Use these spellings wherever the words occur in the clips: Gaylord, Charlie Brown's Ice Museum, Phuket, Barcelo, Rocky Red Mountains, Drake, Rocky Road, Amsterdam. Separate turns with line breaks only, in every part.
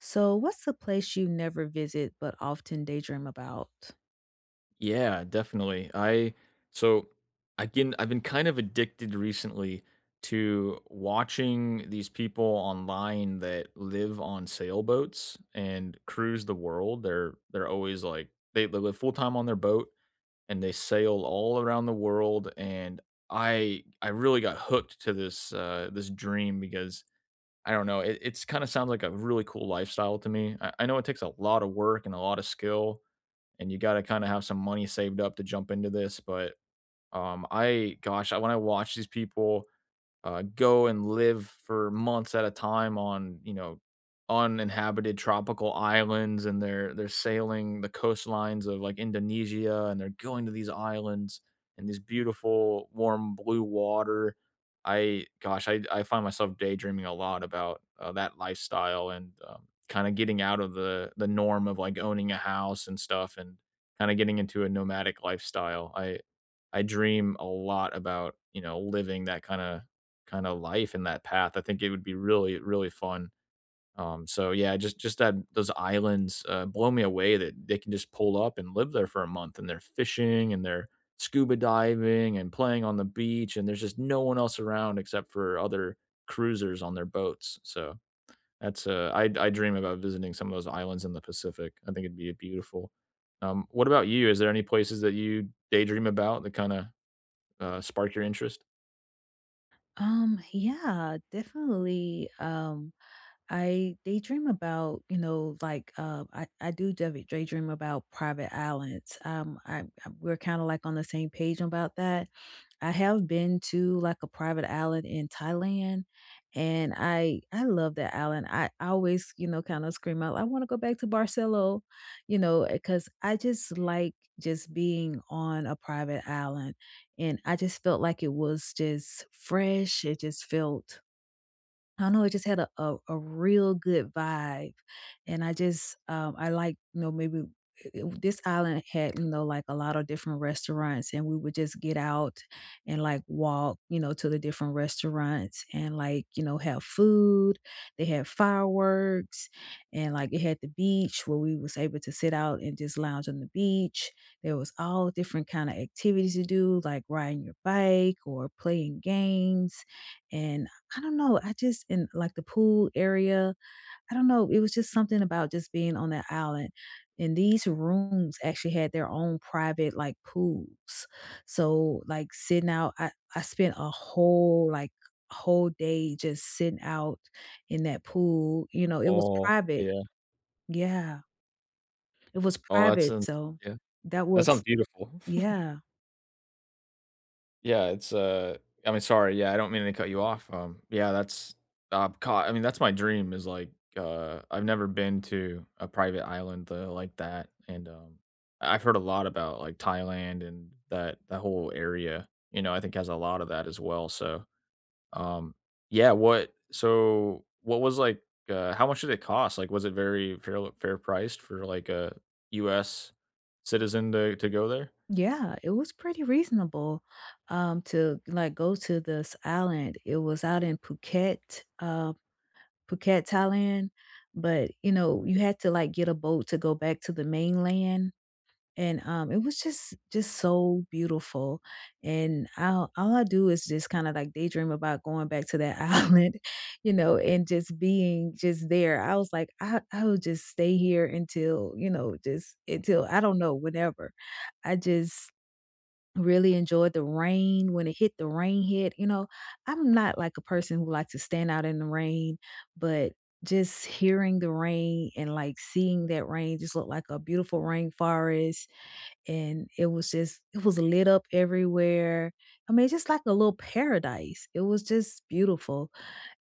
So, what's a place you never visit but often daydream about?
Yeah, definitely. I so again, I've been kind of addicted recently to watching these people online that live on sailboats and cruise the world. They're always like they live full time on their boat and they sail all around the world. And I really got hooked to this this dream because I don't know, it, it's kind of sounds like a really cool lifestyle to me. I know it takes a lot of work and a lot of skill, and you got to kind of have some money saved up to jump into this. But when I watch these people go and live for months at a time on uninhabited tropical islands, and they're sailing the coastlines of like Indonesia, and they're going to these islands and these beautiful warm blue water. I gosh I find myself daydreaming a lot about that lifestyle, and kind of getting out of the norm of like owning a house and stuff, and kind of getting into a nomadic lifestyle. I dream a lot about living that kind of kinda life and that path. I think it would be really, really fun. So yeah, just that those islands, blow me away that they can just pull up and live there for a month, and they're fishing, and they're scuba diving, and playing on the beach, and there's just no one else around except for other cruisers on their boats. So that's, I dream about visiting some of those islands in the Pacific. I think it'd be beautiful. What about you? Is there any places that you daydream about that spark your interest?
Yeah, definitely. I daydream about, you know, I daydream about private islands. I we're kind of like on the same page about that. I have been to like a private island in Thailand, and I love that island. I always, you know, kind of scream out, I want to go back to Barcelo, you know, because I just like just being on a private island, and I just felt like it was just fresh. It just felt I don't know, it just had a a real good vibe, and I like, you know, maybe I it this island had, you know, like, a lot of different restaurants, and we would just get out and, like, walk, you know, to the different restaurants and, like, you know, have food. They had fireworks, and, like, it had the beach where we was able to sit out and just lounge on the beach. There was all different kinda activities to do, like riding your bike or playing games, and I don't know, I just in, like, the pool area, I don't know, it was just something about just being on that island, and these rooms actually had their own private, like, pools. So, like, sitting out I spent a whole, like, whole day just sitting out in that pool, you know, it was
Oh,
private.
yeah.
Yeah, it was
Oh, that's
private,
sounds,
so
yeah.
that
That
was
sounds beautiful.
yeah.
Yeah, it's, uh I mean, sorry, yeah, I don't mean to cut you off. Yeah, that's, ca I mean, that's my dream is, like, I've never been to a private island, like that, and, I've heard a lot about, like, Thailand and that whole area, you know, I think has a lot of that as well, so, um, yeah, what was, like, how much did it cost? Like, was it very fair priced for, like, a US citizen to go there?
Yeah, it was pretty reasonable, to, like, go to this island. It was out in Phuket, Phuket, Thailand, but, you know, you had to, like, get a boat to go back to the mainland, and it was just so beautiful, and I all I do is just kinda, like, daydream about going back to that island, you know, and just being just there. I was like, "I will just stay here until, you know, just until" I don't know, whenever. I just really enjoyed the rain when it hit, the rain hit, you know, I'm not like a person who likes to stand out in the rain, but just hearing the rain and, like, seeing that rain just looked like a beautiful rainforest, and it was just it was lit up everywhere. I mean, just like a little paradise. It was just beautiful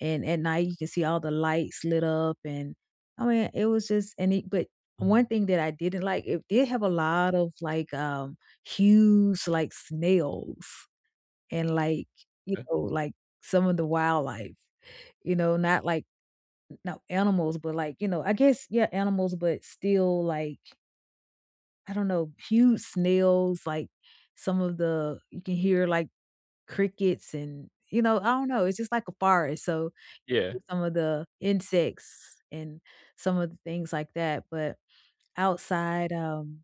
and at night you can see all the lights lit up and I mean it was just and it but one thing that I didn't like, it did have a lot of like huge like snails and like you
Okay.
know like some of the wildlife, you know, not like no animals, but like, you know, I guess yeah, animals, but still like I don't know, huge snails, like some of the you can hear like crickets and you know, I don't know, it's just like a forest. So
Yeah.
some of the insects and some of the things like that, but outside,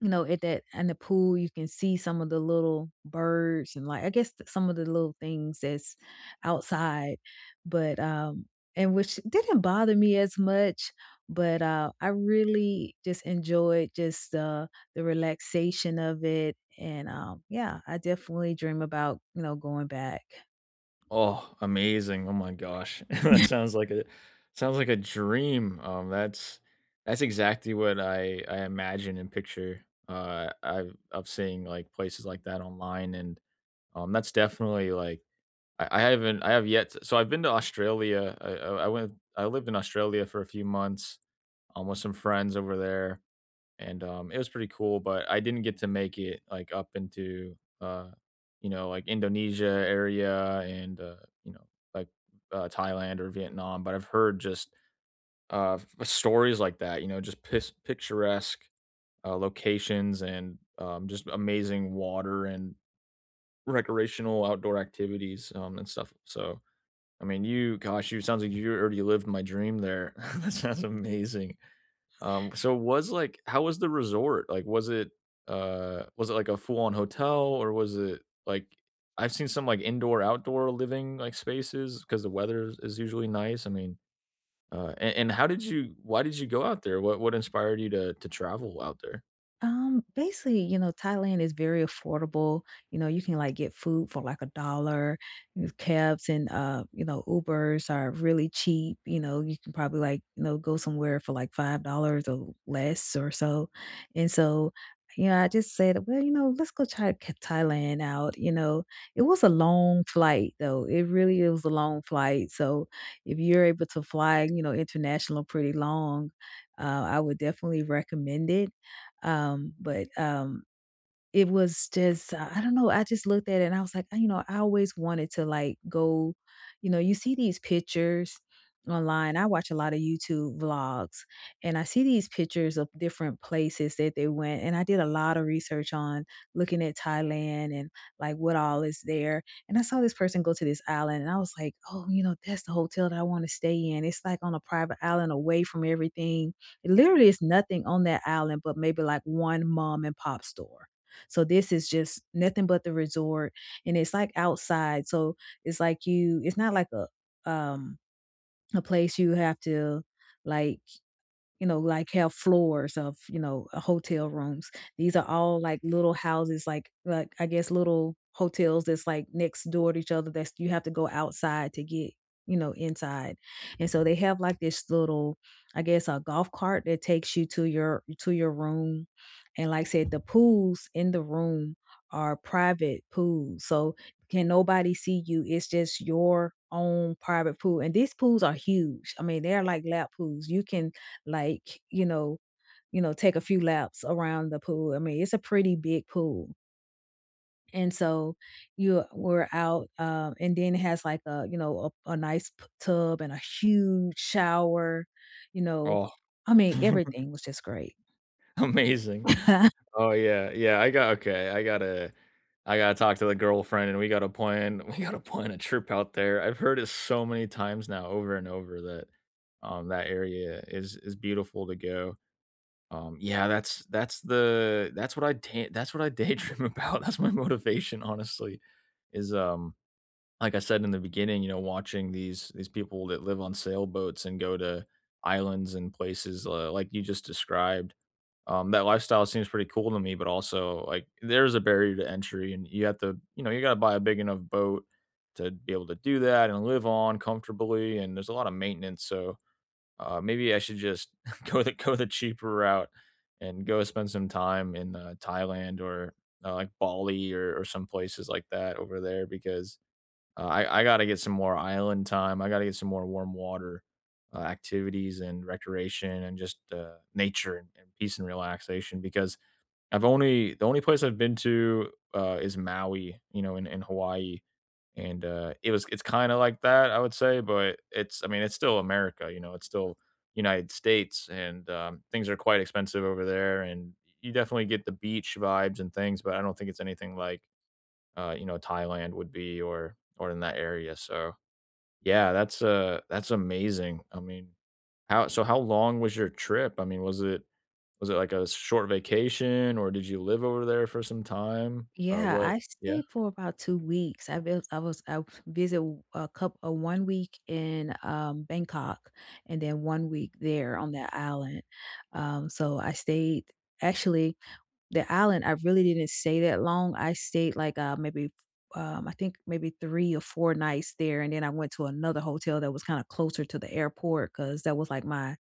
you know, at that in the pool, you can see some of the little birds and like I guess some of the little things that's outside, but and which didn't bother me as much, but I really just enjoyed just the relaxation of it, and yeah, I definitely dream about you know going back.
Oh, amazing. Oh my gosh. That sounds like a dream. That's exactly what I imagine and picture, I of seeing like places like that online. And that's definitely like, I haven't I have yet I've been to Australia. I lived in Australia for a few months with some friends over there. And it was pretty cool. But I didn't get to make it like up into, like Indonesia area, and you know like Thailand or Vietnam. But I've heard just stories like that. You know, just picturesque locations, and just amazing water and recreational outdoor activities, and stuff. So I mean, you sounds like you already lived my dream there. That sounds amazing. So was like, how was the resort? Like, was it like a full-on hotel, or was it like, I've seen some like indoor outdoor living like spaces because the weather is usually nice. I mean, and how did you, why did you go out there? What inspired you to travel out there?
Basically, you know, Thailand is very affordable. You know, you can like get food for like a dollar. These Cabs and you know, Ubers are really cheap. You know, you can probably like, you know, go somewhere for like $5 or less or so. And so, you know, I just said, well, you know, let's go try Thailand out. You know, it was a long flight though. It really was a long flight. So if you're able to fly, you know, international pretty long, uh, I would definitely recommend it, but it was just I don't know, I just looked at it and I was like, you know, I always wanted to like go, you know, you see these pictures online. I watch a lot of YouTube vlogs and I see these pictures of different places that they went and I did a lot of research on looking at Thailand and like what all is there. And I saw this person go to this island and I was like, "Oh, you know, that's the hotel that I want to stay in. It's like on a private island away from everything. It literally is nothing on that island but maybe like one mom and pop store." So this is just nothing but the resort and it's like outside. So it's like you it's not like a place you have to like you know, like, have floors of, you know, hotel rooms. These are all, like, little houses, like I guess, little hotels that's, like, next door to each other that's you have to go outside to get, you know, inside, and so they have, like, this little, I guess, a golf cart that takes you to your room, and like I said, the pools in the room are private pools, so can nobody see you, it's just your own private pool, and these pools are huge. I mean, they're like lap pools. You can like, you know you know, take a few laps around the pool. I mean, it's a pretty big pool. And so you were out, and then it has like a, you know, a nice tub and a huge shower, you know.
Oh,
I mean, everything was just great.
amazing. Oh, I got, okay, I gotta talk to the girlfriend, and we gotta plan, we gotta plan a trip out there. I've heard it so many times now over and over that, that area is beautiful to go. Yeah, that's the that's what I da that's what I daydream about. That's my motivation, honestly, is, like I said in the beginning, you know, watching these people that live on sailboats and go to islands and places, like you just described. That lifestyle seems pretty cool to me, but also like there's a barrier to entry, and you have to, you know, you gotta buy a big enough boat to be able to do that and live on comfortably, and there's a lot of maintenance. So maybe I should just go the cheaper route and go spend some time in Thailand, or like Bali, or some places like that over there, because I gotta get some more island time. I gotta get some more warm water, activities and recreation, and just, nature and peace and relaxation, because I've only the only place I've been to, is Maui, you know, in Hawaii. And, it's kinda like that, I would say, but it's, I mean, it's still America, you know, it's still United States, and, things are quite expensive over there, and you definitely get the beach vibes and things, but I don't think it's anything like you know, Thailand would be, or in that area. So yeah, that's amazing. I mean, how long was your trip? I mean, was it like a short vacation, or did you live over there for some time?
Yeah,
What
I
Yeah.
stayed for about 2 weeks. I visit a couple a 1 week in Bangkok, and then 1 week there on that island. So I stayed actually The island, I really didn't stay that long. I stayed like, I think maybe 3 or 4 nights there, and then I went to another hotel that was kinda closer to the airport because that was like my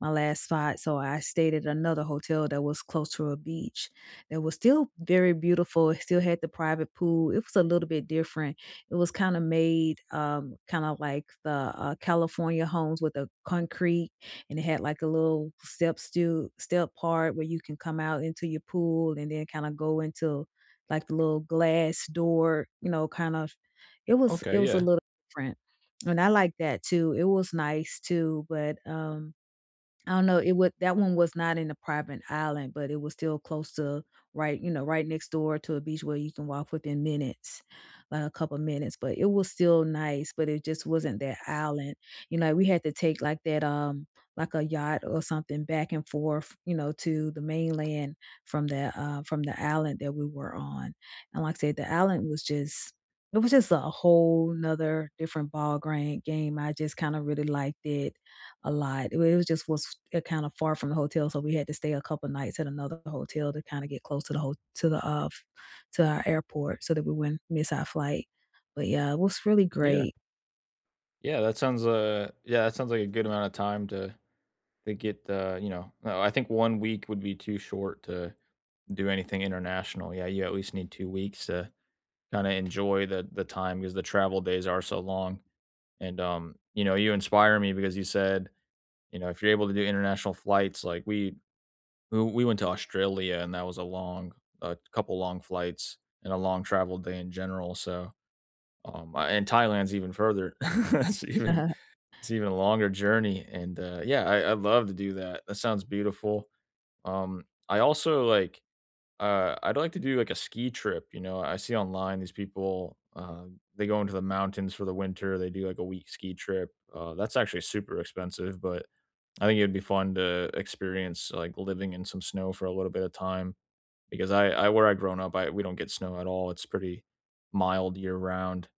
my last spot. So I stayed at another hotel that was close to a beach that was still very beautiful. It still had the private pool. It was a little bit different. It was kind of made kind of like the California homes with a concrete, and it had like a little step still step part where you can come out into your pool and then kind of go into like the little glass door. You know, kind of. It was it
Okay,
was a
yeah.
little different. And I like that too. It was nice too, but I don't know, it would that one was not in a private island, but it was still close to right, you know, right next door to a beach where you can walk within minutes, like a couple minutes, but it was still nice, but it just wasn't that island. You know, like, we had to take like that like a yacht or something back and forth, you know, to the mainland from the island that we were on. And like I said, the island was just it was just a whole nother different ball grand game. I just kind of really liked it a lot. It was just was kind of far from the hotel, so we had to stay a couple nights at another hotel to kinda get close to the ho to the, to our airport so that we wouldn't miss our flight. But, yeah, it was really
Yeah.
great.
Yeah, that sounds like a good amount of time to get, no, I think 1 week would be too short to do anything international. Yeah, you at least need 2 weeks to kind of enjoy the time because the travel days are so long. And you know, you inspire me because you said, you know, if you're able to do international flights, like we went to Australia, and that was a long, a couple long flights and a long travel day in general. So and Thailand's even further. It's even a longer journey. And yeah, I love to do that. That sounds beautiful. I also like, I'd like to do like a ski trip, you know, I see online these people, they go into the mountains for the winter, they do like a week ski trip. That's actually super expensive, but I think it'd be fun to experience like living in some snow for a little bit of time, because I where I grown up, I we don't get snow at all. It's pretty mild year round.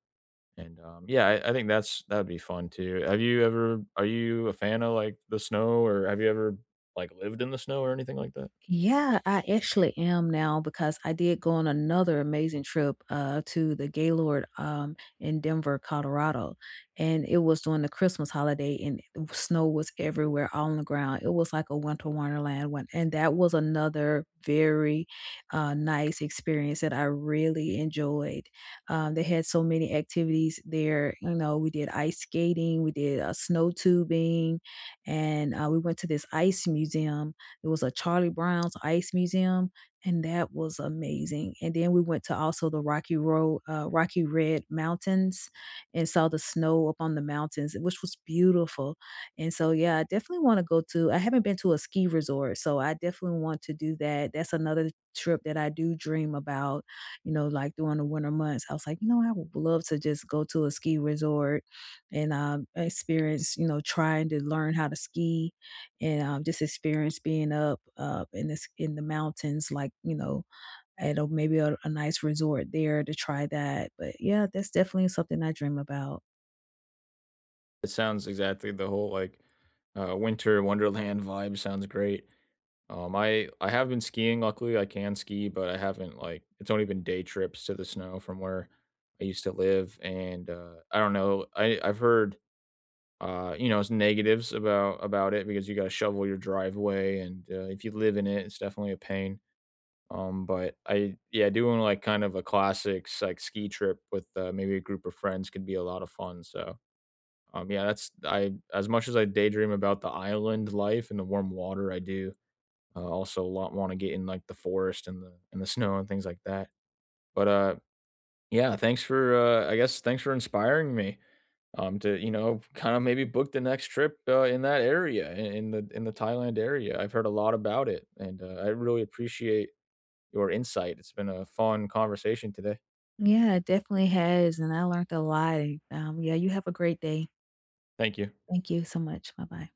And I think that's that'd be fun too. Have you ever Are you a fan of like the snow, or have you ever like lived in the snow or anything like that?
Yeah, I actually am now because I did go on another amazing trip to the Gaylord in Denver, Colorado. And it was during the Christmas holiday, and snow was everywhere all on the ground. It was like a winter wonderland one. And that was another very nice experience that I really enjoyed. They had so many activities there. You know, we did ice skating, we did snow tubing, and we went to this ice museum it was a Charlie Brown's Ice Museum, and that was amazing. And then we went to also the Rocky Road, Rocky Red Mountains, and saw the snow up on the mountains, which was beautiful. And so, yeah, I definitely want to go to. I haven't been to a ski resort, so I definitely want to do that. That's another trip that I do dream about. You know, like during the winter months, I was like, you know, I would love to just go to a ski resort and experience. You know, trying to learn how to ski and just experience being up in this in the mountains, like you know, at maybe a nice resort there to try that. But yeah, that's definitely something I dream about.
It sounds exactly the whole, like, winter wonderland vibe sounds great. I have been skiing, luckily I can ski, but I haven't, like it's only been day trips to the snow from where I used to live, and, I don't know, I I've heard, you know, it's negatives about it because you gotta shovel your driveway, and, if you live in it, it's definitely a pain. But I Yeah, doing, like, kind of a classics like, ski trip with, maybe a group of friends could be a lot of fun. So yeah, that's I as much as I daydream about the island life and the warm water, I do, also lot wanna get in, like, the forest and the snow and things like that. But, yeah, thanks for, I guess thanks for inspiring me, to, you know, kinda maybe book the next trip, in that area, in the Thailand area. I've heard a lot about it, and, I really appreciate your insight. It's been a fun conversation today.
Yeah, it definitely has, and I learned a lot. Yeah, you have a great day.
Thank you.
Thank you so much. Bye bye.